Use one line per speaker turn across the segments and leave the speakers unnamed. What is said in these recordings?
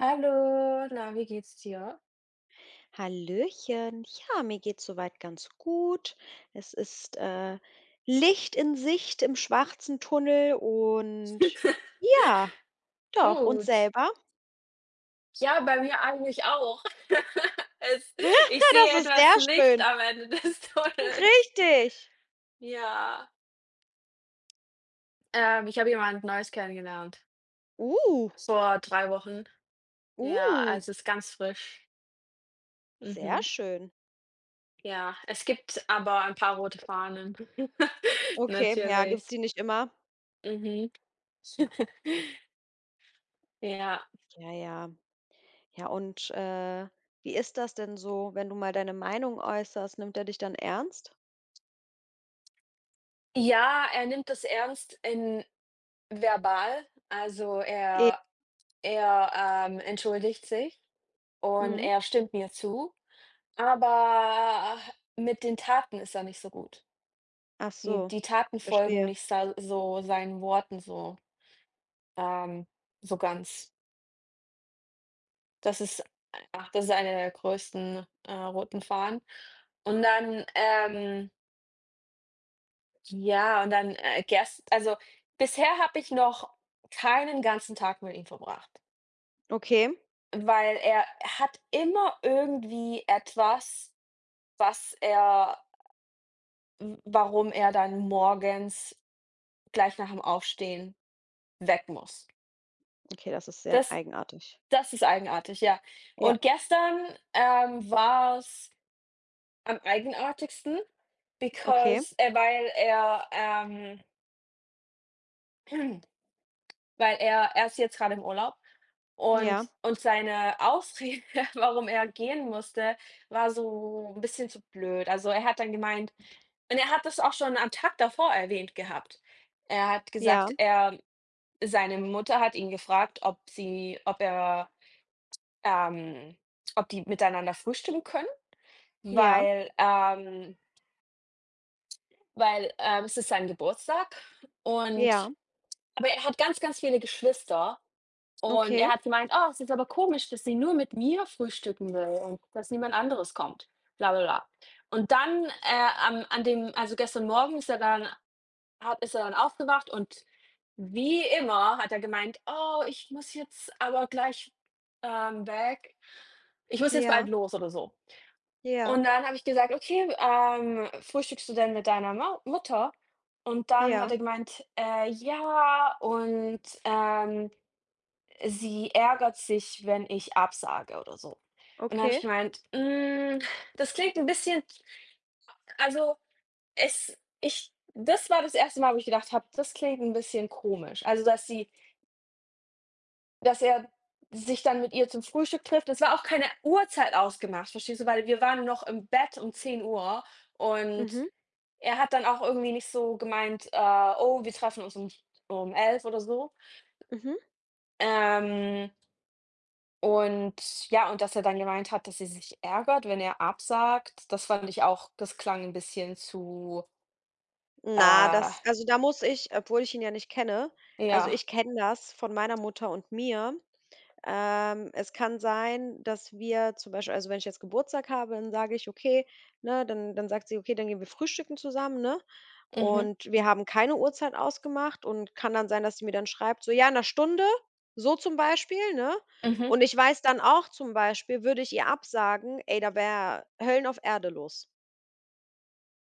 Hallo, na, wie geht's dir?
Hallöchen. Ja, mir geht's soweit ganz gut. Es ist, Licht in Sicht im schwarzen Tunnel und ja, doch. Und
Gut.
selber?
Ja, bei mir eigentlich auch. Es Ich sehe
Das ist sehr
etwas Licht
schön.
am Ende des Tunnels.
Richtig.
Ja. Ich habe jemand Neues kennengelernt.
Uh,
Vor 3 Wochen. Ja,
uh,
also es ist ganz frisch.
sehr
Mhm.
schön.
Ja, es gibt aber ein paar rote Fahnen.
Okay, ja,
Natürlich.
gibt's die nicht immer?
Mhm. Ja.
Ja, ja. Ja, und wie ist das denn so, wenn du mal deine Meinung äußerst? Nimmt er dich dann ernst?
Ja, er nimmt das ernst in verbal.
E
Er, entschuldigt sich und
Mhm.
er stimmt mir zu, aber mit den Taten ist er nicht so gut.
Ach
Die
so,
die Taten folgen
verstehe.
nicht sa so seinen Worten so, ähm, so ganz. Das ist Ach, das ist einer der größten, roten Fahnen. Und dann, ja, und dann, gest also, bisher habe ich noch keinen ganzen Tag mit ihm verbracht,
Okay.
weil er hat immer irgendwie etwas, was er w warum er dann morgens gleich nach dem Aufstehen weg muss.
Okay, das ist sehr
Das
eigenartig.
Das ist eigenartig, ja.
Ja,
Und gestern, war es am eigenartigsten,
okay.
because weil er, weil er ist jetzt gerade im Urlaub
Ja,
und seine Ausrede, warum er gehen musste, war so ein bisschen zu blöd. Also, er hat dann gemeint und er hat das auch schon am Tag davor erwähnt gehabt. Er hat
ja,
gesagt, er Seine Mutter hat ihn gefragt, ob er, ähm ob die miteinander frühstücken können,
ja,
weil, ähm weil, es ist sein Geburtstag
ja,
und aber er hat ganz, ganz viele Geschwister und
okay.
er hat gemeint: „Oh, es ist aber komisch, dass sie nur mit mir frühstücken will und dass niemand anderes kommt, bla bla bla.“ Und dann, am an dem also, gestern Morgen ist er dann aufgewacht und wie immer hat er gemeint: „Oh, ich muss jetzt aber gleich, weg. Ich muss jetzt
Ja,
bald los oder so.“
ja,
Und dann habe ich gesagt: „Okay, frühstückst du denn mit deiner Mau Mutter?“ Und dann hat
ja,
er gemeint: ja, und, sie ärgert sich, wenn ich absage“ oder so. Und dann habe ich
okay.
gemeint: „Hm, das klingt ein bisschen also, es ich“ das war das erste Mal, wo ich gedacht habe: „Das klingt ein bisschen komisch.“ Dass er sich dann mit ihr zum Frühstück trifft. Es war auch keine Uhrzeit ausgemacht, verstehst du? Weil wir waren noch im Bett um zehn Uhr und
Mhm,
er hat dann auch irgendwie nicht so gemeint, „Oh, wir treffen uns um 11 oder so.“
mhm.
Ähm, und ja, und dass er dann gemeint hat, dass sie sich ärgert, wenn er absagt. Das fand ich auch das klang 'n bisschen zu,
Na,
äh
das, also, da muss ich, obwohl ich ihn ja nicht kenne, also
ja,
ich kenne das von meiner Mutter und mir. Es kann sein, dass wir zum Beispiel, also wenn ich jetzt Geburtstag habe, dann sage ich: „Okay“, ne, dann sagt sie: „Okay, dann gehen wir frühstücken zusammen“, ne?
mhm,
Und wir haben keine Uhrzeit ausgemacht und kann dann sein, dass sie mir dann schreibt, so: „Ja, in einer Stunde“, so zum Beispiel, ne?
mhm.
Und ich weiß dann auch zum Beispiel, würde ich ihr absagen, ey, da wäre Höllen auf Erde los.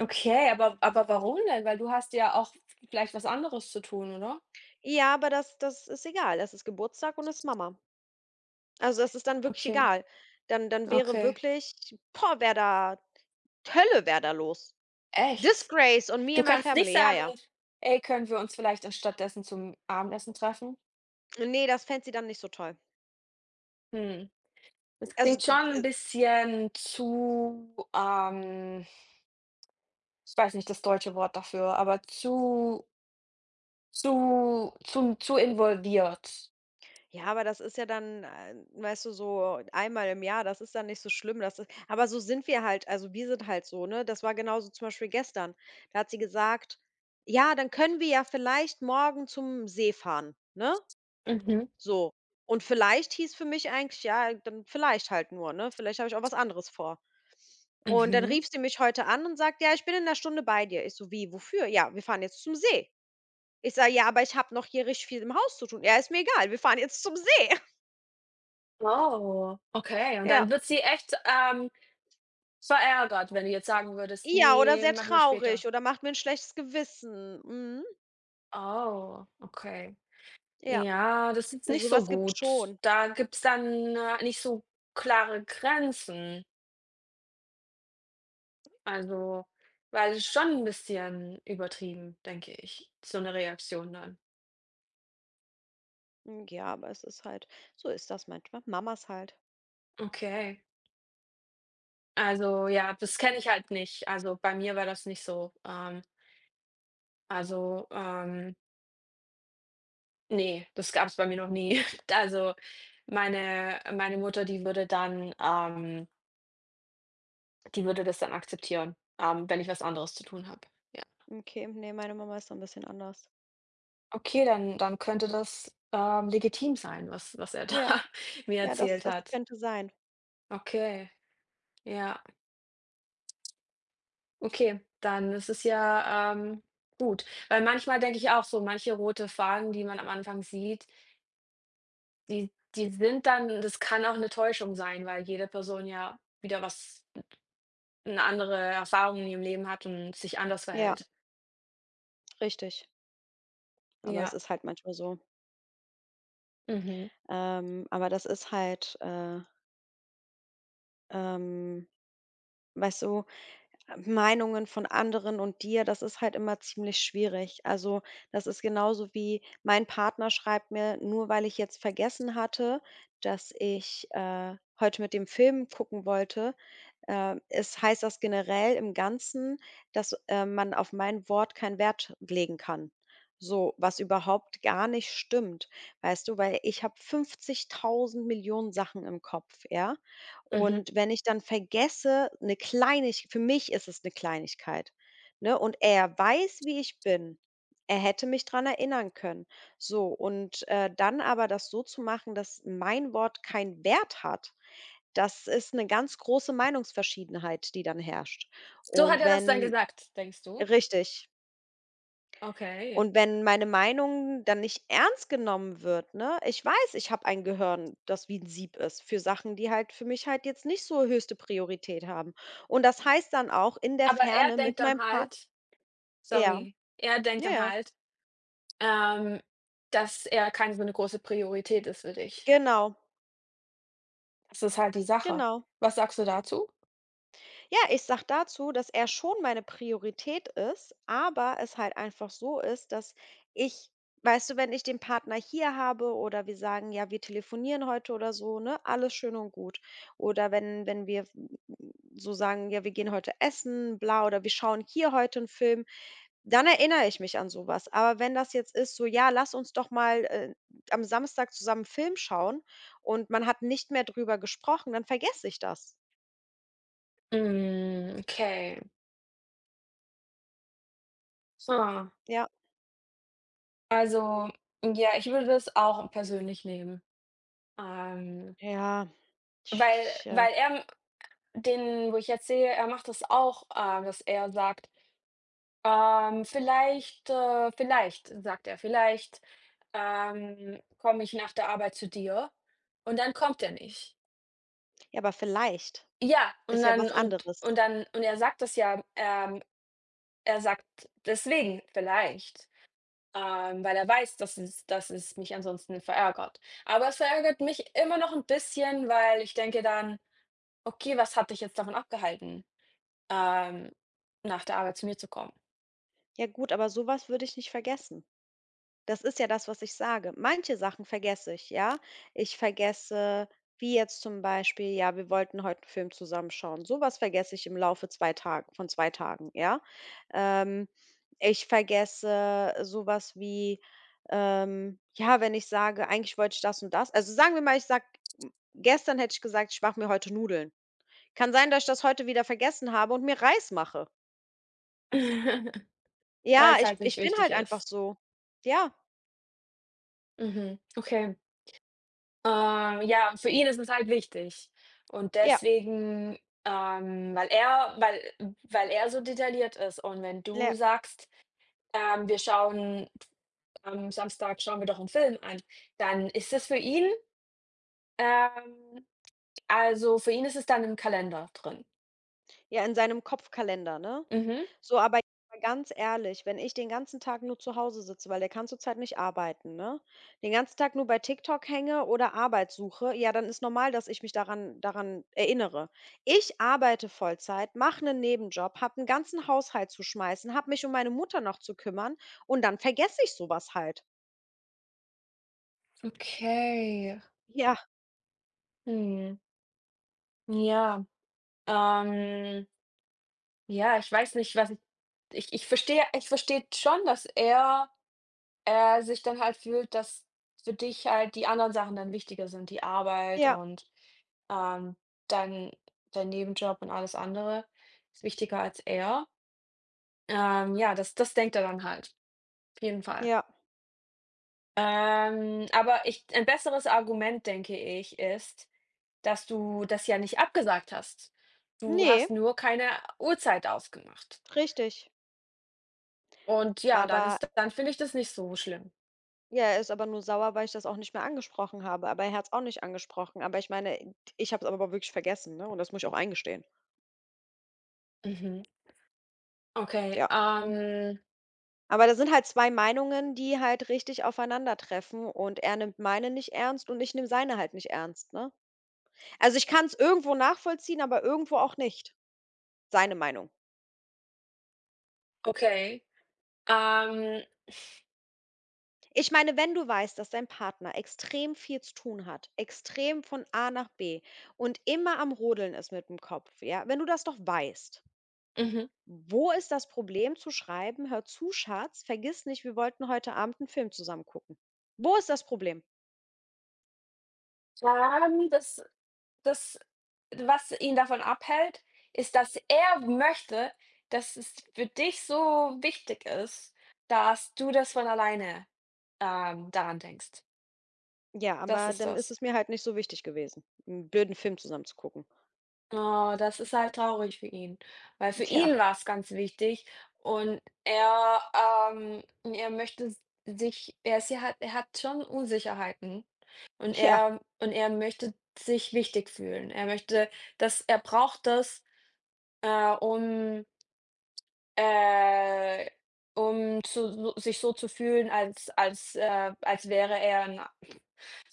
Okay, aber warum denn? Weil du hast ja auch v vielleicht was anderes zu tun, oder?
Ja, aber das ist egal. Das ist Geburtstag und ist Mama. Also, das ist dann wirklich
Okay,
egal. Dann wäre
okay.
wirklich, boah, wäre da Hölle, wäre da los.
Echt?
Disgrace und Me
Du
and My
kannst nicht
Family, ja,
sagen:
ja.
„Ey, können wir uns vielleicht dann stattdessen zum Abendessen treffen?“
Nee, das fänd sie dann nicht so toll.
Hm, das
Also,
klingt
d
schon 'n bisschen zu, ich weiß nicht das deutsche Wort dafür, aber zu zu involviert.
Ja, aber das ist ja dann weißt du, so einmal im Jahr, das ist dann nicht so schlimm. Das ist aber so, sind wir halt, also wir sind halt so, ne? Das war genauso zum Beispiel gestern. Da hat sie gesagt: „Ja, dann können wir ja vielleicht morgen zum See fahren“, ne?
Mhm,
So. Und vielleicht hieß für mich eigentlich ja, dann vielleicht halt nur, ne? Vielleicht habe ich auch was anderes vor. Und dann
mhm.
rief sie mich heute an und sagt: „Ja, ich bin in 'ner Stunde bei dir.“ Ich so: „Wie, wofür?“ „Ja, wir fahren jetzt zum See.“ Ich sage: „Ja, aber ich habe noch hier richtig viel im Haus zu tun.“ „Ja, ist mir egal, wir fahren jetzt zum See.“
Oh, okay. Und dann
Ja.
wird sie echt, verärgert, wenn du jetzt sagen würdest:
Ja, oder
„Ne,
sehr
machen wir später.“
traurig oder macht mir ein schlechtes Gewissen. Mhm,
Oh, okay.
ja.
Ja, das ist
Also,
nicht
so
so
was gibt's
gut.
schon.
Da gibt's dann, nicht so klare Grenzen. Also, weil es schon ein bisschen übertrieben, denke ich, so eine Reaktion dann.
Hm, ja, aber es ist halt so, ist das manchmal. Mamas halt.
Okay. Also, ja, das kenne ich halt nicht. Also, bei mir war das nicht so. Also, ähm, ne, das gab's bei mir noch nie. Also, meine Mutter, die würde dann die würde das dann akzeptieren, wenn ich was anderes zu tun habe. Ja.
Okay, ne, meine Mama ist so ein bisschen anders.
Okay, dann könnte das, legitim sein, was er da
Ja,
mir
ja, das
erzählt
das
hat.
könnte sein.
Okay, ja. Okay, dann ist es ja, gut. Weil manchmal denke ich auch so, manche rote Fahnen, die man am Anfang sieht, die die sind dann das kann auch eine Täuschung sein, weil jede Person ja wieder was eine andere Erfahrung in ihrem Leben hat und sich anders
Ja,
verhält.
richtig. Aber es
Ja,
ist halt manchmal so.
mhm,
Aber das ist haltähm weißt du, Meinungen von anderen und dir, das ist halt immer ziemlich schwierig. Also, das ist genauso, wie mein Partner schreibt mir, nur weil ich jetzt vergessen hatte, dass ich heute mit dem Film gucken wollte es heißt das generell im Ganzen, dass man auf mein Wort keinen Wert legen kann. So, was überhaupt gar nicht stimmt, weißt du? Weil ich habe 50.000 Millionen Sachen im Kopf, ja?
mhm.
Und wenn ich dann vergesse, eine Kleinig, für mich ist es eine Kleinigkeit, ne? Und er weiß, wie ich bin. Er hätte mich dran erinnern können. So, und dann aber das so zu machen, dass mein Wort keinen Wert hat, das ist eine ganz große Meinungsverschiedenheit, die dann herrscht.
So hat
Und
er das dann
wenn
gesagt, denkst du?
richtig.
Okay.
Und wenn meine Meinung dann nicht ernst genommen wird, ne? Ich weiß, ich habe ein Gehirn, das wie ein Sieb ist, für Sachen, die halt für mich halt jetzt nicht so höchste Priorität haben. Und das heißt dann auch in der
Aber er
Ferne mit
denkt dann
meinem Partner.
halt
Ja,
Sorry. Er denkt
ja,
dann
ja,
halt, ähm, dass er keine so 'ne große Priorität ist für dich.
genau,
Das ist halt die Sache.
genau.
Was sagst du dazu?
Ja, ich sag dazu, dass er schon meine Priorität ist, aber es halt einfach so ist, dass ich, weißt du, wenn ich den Partner hier habe oder wir sagen: „Ja, wir telefonieren heute“ oder so, ne, alles schön und gut. Oder wenn wir so sagen: „Ja, wir gehen heute essen, bla, oder wir schauen hier heute einen Film“, dann erinnere ich mich an sowas. Aber wenn das jetzt ist so: „Ja, lass uns doch mal am Samstag zusammen 'n Film schauen“, und man hat nicht mehr drüber gesprochen, dann vergesse ich das.
Hm, okay. Ha.
Ja.
Also, ja, ich würde das auch persönlich nehmen. Ähm,
Ja. Ja.
weil er den, wo ich jetzt sehe, er macht das auch, dass er sagt, „Vielleicht, vielleicht“, sagt er, „vielleicht, komme ich nach der Arbeit zu dir.“ Und dann kommt er nicht.
Ja, aber vielleicht
Ja,
ist ja was anderes.
und dann und er sagt das ja, er sagt deswegen vielleicht, weil er weiß, dass es mich ansonsten verärgert. Aber es verärgert mich immer noch 'n bisschen, weil ich denke dann: „Okay, was hat dich jetzt davon abgehalten, ähm, nach der Arbeit zu mir zu kommen?“
Ja gut, aber sowas würde ich nicht vergessen. Das ist ja das, was ich sage. Manche Sachen vergesse ich, ja. Ich vergesse, wie jetzt zum Beispiel, ja, wir wollten heute einen Film zusammen schauen. So vergesse ich im Laufe 2 Tagen, von 2 Tagen, ja. Ähm, Ich vergesse sowas wie ja, wenn ich sage: „Eigentlich wollte ich das und das“, also, sagen wir mal, ich sage, gestern hätte ich gesagt: „Ich mache mir heute Nudeln.“ Kann sein, dass ich das heute wieder vergessen habe und mir Reis mache. Ja,
Weil's
ich
halt nicht
ich bin halt
wichtig
einfach
ist.
so. Ja,
Mhm, okay. Ja, und für ihn ist es halt wichtig. Und
ja,
deswegen, weil er so detailliert ist und wenn du
ja.
sagst, „Wir schauen am Samstag schauen wir doch einen Film an“, dann ist es für ihn ähm, also, für ihn ist es dann im Kalender drin.
Ja, in seinem Kopfkalender, ne?
Mhm.
So, aber jetzt mal ganz ehrlich, wenn ich den ganzen Tag nur zu Hause sitze, weil der kann zurzeit nicht arbeiten, ne? Den ganzen Tag nur bei TikTok hänge oder Arbeit suche, ja, dann ist normal, dass ich mich daran erinnere. Ich arbeite Vollzeit, mache einen Nebenjob, habe 'n ganzen Haushalt zu schmeißen, habe mich um meine Mutter noch zu kümmern, und dann vergesse ich sowas halt.
Okay.
Ja,
Mhm. Ja, ähm, ja, ich weiß nicht, was ich ich verstehe schon, dass er sich dann halt fühlt, dass für dich halt die anderen Sachen dann wichtiger sind, die Arbeit
ja,
und, ähm, dein dein Nebenjob und alles andere ist wichtiger als er. Ja, das das denkt er dann halt, auf jeden Fall.
ja.
Aber ich ein besseres Argument, denke ich, ist, dass du das ja nicht abgesagt hast. Du
Nee,
hast nur keine Uhrzeit ausgemacht.
richtig.
Und ja, dann
Aber
ist dann finde ich das nicht so schlimm.
ja, er ist aber nur sauer, weil ich das auch nicht mehr angesprochen habe. Aber er hat's auch nicht angesprochen. Aber ich meine, ich habe es aber wirklich vergessen, ne? Und das muss ich auch eingestehen.
Mhm. Okay,
Ja. Aber das sind halt 2 Meinungen, die halt richtig aufeinandertreffen, und er nimmt meine nicht ernst und ich nehme seine halt nicht ernst, ne? Also, ich kann es irgendwo nachvollziehen, aber irgendwo auch nicht, seine Meinung.
okay. Ähm,
Ich meine, wenn du weißt, dass dein Partner extrem viel zu tun hat, extrem von A nach B und immer am Rodeln ist mit dem Kopf, ja, wenn du das doch weißt,
Mhm.
wo ist das Problem zu schreiben: hör zu, Schatz, vergiss nicht, wir wollten heute Abend einen Film zusammen gucken. Wo ist das Problem?
ähm, das das was ihn davon abhält, ist, dass er möchte, dass es für dich so wichtig ist, dass du das von alleine, daran denkst.
Ja,
Das
aber
ist
dann ist
das.
es mir halt nicht so wichtig gewesen, einen blöden Film zusammen zu gucken.
Oh, das ist halt traurig für ihn, weil für
Tja,
ihn war es ganz wichtig und er, ähm er möchte s sich er ist ja hat er hat schon Unsicherheiten. Und
ja.
er und er möchte sich wichtig fühlen. Er möchte dass er braucht das, um, äh um zu sich so zu fühlen, als wäre er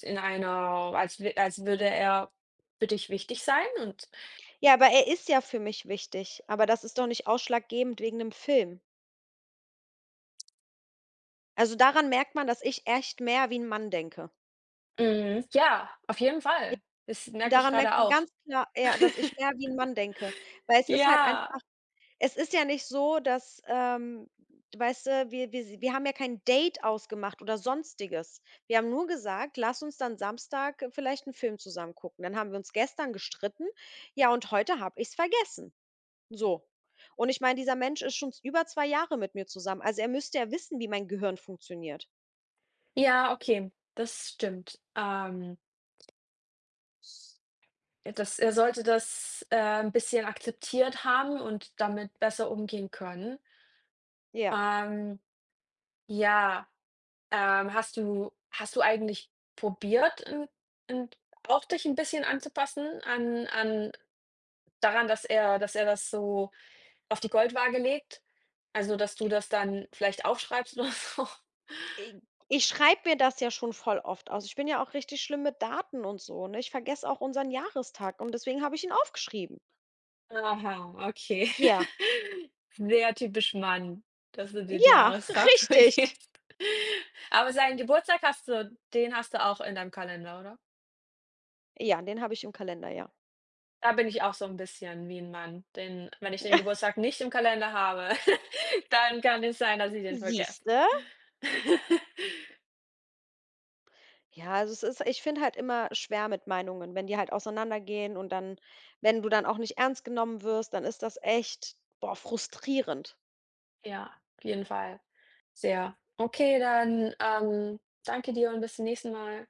in einer als wü als würde er für dich wichtig sein und
Ja, aber er ist ja für mich wichtig, aber das ist doch nicht ausschlaggebend wegen 'nem Film. Also, daran merkt man, dass ich echt mehr wie ein Mann denke.
mhm, ja, auf jeden Fall. Das
Und
merke ich
daran merkt
gerade
man
auch.
ganz klar, ja, dass ich mehr wie 'n Mann denke, weil es ist halt einfach,
Ja,
es ist ja nicht so, dass, weißt du, wir haben ja kein Date ausgemacht oder Sonstiges. Wir haben nur gesagt: „Lass uns dann Samstag vielleicht 'n Film zusammen gucken.“ Dann haben wir uns gestern gestritten, ja, und heute habe ich's vergessen. So. Und ich meine, dieser Mensch ist schon z über 2 Jahre mit mir zusammen. Also, er müsste ja wissen, wie mein Gehirn funktioniert.
ja, okay, das stimmt. Ja, das er sollte das, 'n bisschen akzeptiert haben und damit besser umgehen können.
Ja.
Ähm, ja, hast du eigentlich probiert, in auch dich ein bisschen anzupassen an daran, dass er das so auf die Goldwaage legt? Also, dass du das dann vielleicht aufschreibst oder so?
I ich schreibe mir das ja schon voll oft aus. Ich bin ja auch richtig schlimm mit Daten und so, ne? Ich vergesse auch unseren Jahrestag und deswegen habe ich ihn aufgeschrieben.
Aha, okay.
Ja,
Sehr typisch Mann, dass du den
ja,
Jahrestag
richtig.
vergisst. Aber seinen Geburtstag hast du den hast du auch in deinem Kalender, oder?
Ja, den habe ich im Kalender, ja.
Da bin ich auch so ein bisschen wie ein Mann, denn wenn ich den Geburtstag nicht im Kalender habe, dann kann es sein, dass ich den
Siehst
vergesse.
du? Ja, also es ist, ich finde halt immer schwer mit Meinungen, wenn die halt auseinandergehen, und dann, wenn du dann auch nicht ernst genommen wirst, dann ist das echt, boah, frustrierend.
Ja, auf jeden Fall. Sehr. Okay, dann, danke dir und bis zum nächsten Mal.